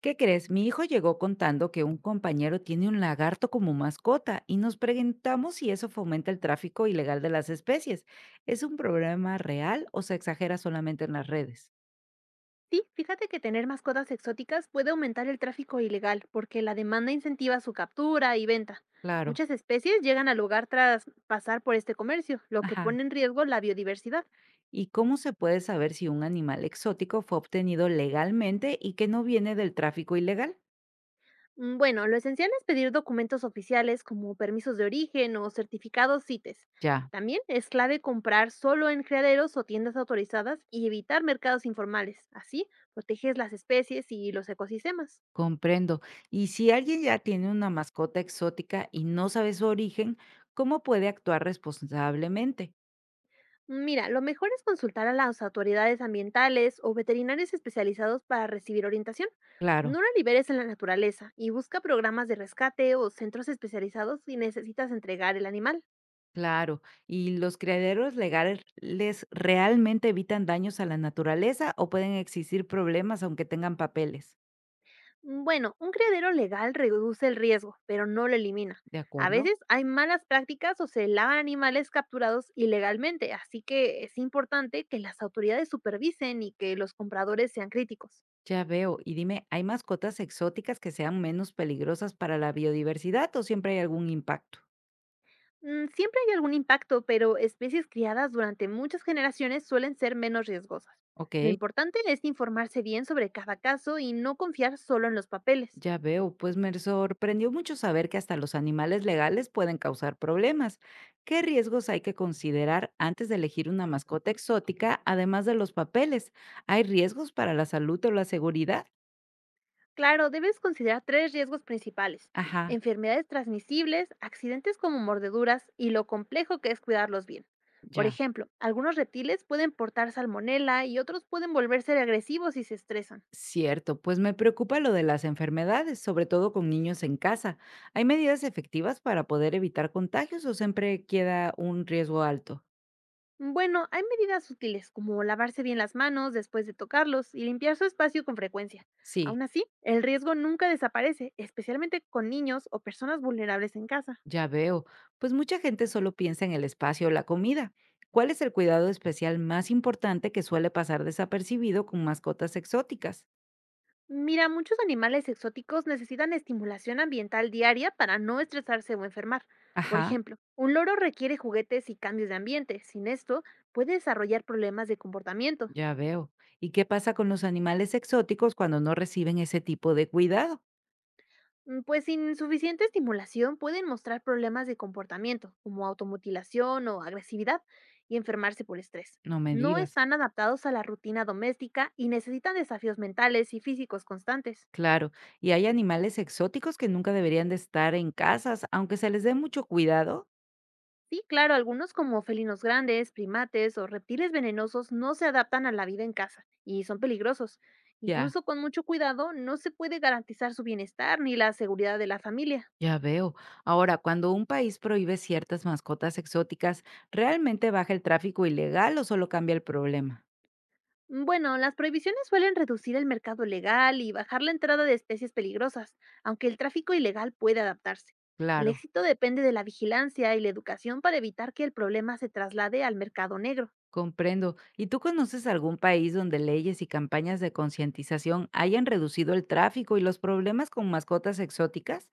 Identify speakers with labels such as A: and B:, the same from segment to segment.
A: ¿Qué crees? Mi hijo llegó contando que un compañero tiene un lagarto como mascota y nos preguntamos si eso fomenta el tráfico ilegal de las especies. ¿Es un problema real o se exagera solamente en las redes?
B: Sí, fíjate que tener mascotas exóticas puede aumentar el tráfico ilegal porque la demanda incentiva su captura y venta.
A: Claro.
B: Muchas especies llegan al lugar tras pasar por este comercio, lo que
A: Ajá.
B: pone en riesgo la biodiversidad.
A: ¿Y cómo se puede saber si un animal exótico fue obtenido legalmente y que no viene del tráfico ilegal?
B: Bueno, lo esencial es pedir documentos oficiales como permisos de origen o certificados CITES.
A: Ya,
B: También es clave comprar solo en criaderos o tiendas autorizadas y evitar mercados informales. Así proteges las especies y los ecosistemas.
A: comprendo. Y si alguien ya tiene una mascota exótica y no sabe su origen, ¿cómo puede actuar responsablemente?
B: Mira, lo mejor es consultar a las autoridades ambientales o veterinarios especializados para recibir orientación.
A: Claro.
B: No la liberes en la naturaleza y busca programas de rescate o centros especializados si necesitas entregar el animal.
A: Claro, ¿y los criaderos legales realmente evitan daños a la naturaleza o pueden existir problemas aunque tengan papeles?
B: Bueno, un criadero legal reduce el riesgo, pero no lo elimina.
A: ¿De
B: A
A: acuerdo?
B: veces hay malas prácticas o se lavan animales capturados ilegalmente, así que es importante que las autoridades supervisen y que los compradores sean críticos.
A: Ya veo, y dime, ¿hay mascotas exóticas que sean menos peligrosas para la biodiversidad o siempre hay algún impacto?
B: Siempre hay algún impacto, pero especies criadas durante muchas generaciones suelen ser menos riesgosas.
A: Ok,
B: Lo importante es informarse bien sobre cada caso y no confiar solo en los papeles.
A: ya veo, pues me sorprendió mucho saber que hasta los animales legales pueden causar problemas. ¿Qué riesgos hay que considerar antes de elegir una mascota exótica, además de los papeles? ¿Hay riesgos para la salud o la seguridad?
B: Claro, debes considerar tres riesgos principales,
A: Ajá,
B: enfermedades transmisibles, accidentes como mordeduras y lo complejo que es cuidarlos bien. Por
A: ya.
B: ejemplo, algunos reptiles pueden portar salmonela y otros pueden volverse agresivos si se estresan.
A: Cierto, pues me preocupa lo de las enfermedades, sobre todo con niños en casa. ¿Hay medidas efectivas para poder evitar contagios o siempre queda un riesgo alto?
B: Bueno, hay medidas útiles como lavarse bien las manos después de tocarlos y limpiar su espacio con frecuencia.
A: Sí,
B: Aún así, el riesgo nunca desaparece, especialmente con niños o personas vulnerables en casa.
A: ya veo, pues mucha gente solo piensa en el espacio o la comida. ¿Cuál es el cuidado especial más importante que suele pasar desapercibido con mascotas exóticas?
B: Mira, muchos animales exóticos necesitan estimulación ambiental diaria para no estresarse o enfermar. Por
A: Ajá,
B: ejemplo, un loro requiere juguetes y cambios de ambiente. Sin esto, puede desarrollar problemas de comportamiento.
A: ya veo. ¿Y qué pasa con los animales exóticos cuando no reciben ese tipo de cuidado?
B: Pues sin suficiente estimulación pueden mostrar problemas de comportamiento, como automutilación o agresividad, y enfermarse por estrés.
A: No me
B: No
A: digas.
B: están adaptados a la rutina doméstica y necesitan desafíos mentales y físicos constantes.
A: Claro, y hay animales exóticos que nunca deberían de estar en casas, aunque se les dé mucho cuidado.
B: Sí, claro, algunos como felinos grandes, primates o reptiles venenosos no se adaptan a la vida en casa y son peligrosos.
A: Ya,
B: Incluso con mucho cuidado no se puede garantizar su bienestar ni la seguridad de la familia.
A: ya veo. Ahora, cuando un país prohíbe ciertas mascotas exóticas, ¿realmente baja el tráfico ilegal o solo cambia el problema?
B: Bueno, las prohibiciones suelen reducir el mercado legal y bajar la entrada de especies peligrosas, aunque el tráfico ilegal puede adaptarse. El
A: Claro,
B: éxito depende de la vigilancia y la educación para evitar que el problema se traslade al mercado negro.
A: comprendo. ¿Y tú conoces algún país donde leyes y campañas de concientización hayan reducido el tráfico y los problemas con mascotas exóticas?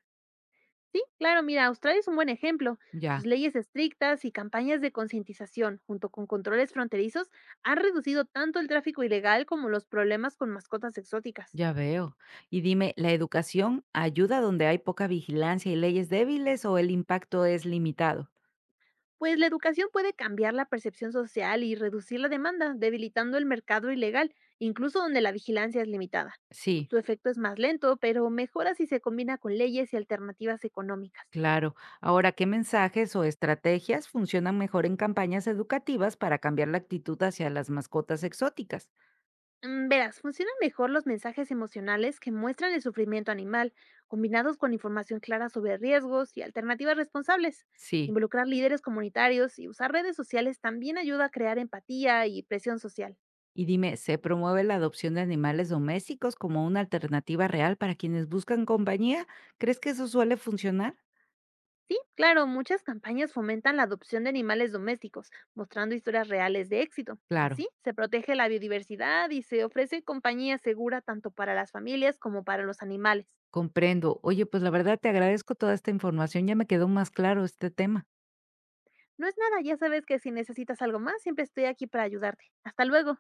B: Sí, claro, mira, Australia es un buen ejemplo.
A: Ya.
B: Sus leyes estrictas y campañas de concientización, junto con controles fronterizos, han reducido tanto el tráfico ilegal como los problemas con mascotas exóticas.
A: Ya veo. Y dime, ¿la educación ayuda donde hay poca vigilancia y leyes débiles o el impacto es limitado?
B: Pues la educación puede cambiar la percepción social y reducir la demanda, debilitando el mercado ilegal, incluso donde la vigilancia es limitada.
A: Sí,
B: Su efecto es más lento, pero mejora si se combina con leyes y alternativas económicas.
A: claro. Ahora, ¿qué mensajes o estrategias funcionan mejor en campañas educativas para cambiar la actitud hacia las mascotas exóticas?
B: Verás, funcionan mejor los mensajes emocionales que muestran el sufrimiento animal, combinados con información clara sobre riesgos y alternativas responsables.
A: Sí.
B: Involucrar líderes comunitarios y usar redes sociales también ayuda a crear empatía y presión social.
A: Y dime, ¿se promueve la adopción de animales domésticos como una alternativa real para quienes buscan compañía? ¿Crees que eso suele funcionar?
B: Sí, claro, muchas campañas fomentan la adopción de animales domésticos, mostrando historias reales de éxito.
A: Claro,
B: Así se protege la biodiversidad y se ofrece compañía segura tanto para las familias como para los animales.
A: comprendo. Oye, pues la verdad te agradezco toda esta información, ya me quedó más claro este tema.
B: No es nada, ya sabes que si necesitas algo más, siempre estoy aquí para ayudarte. Hasta luego.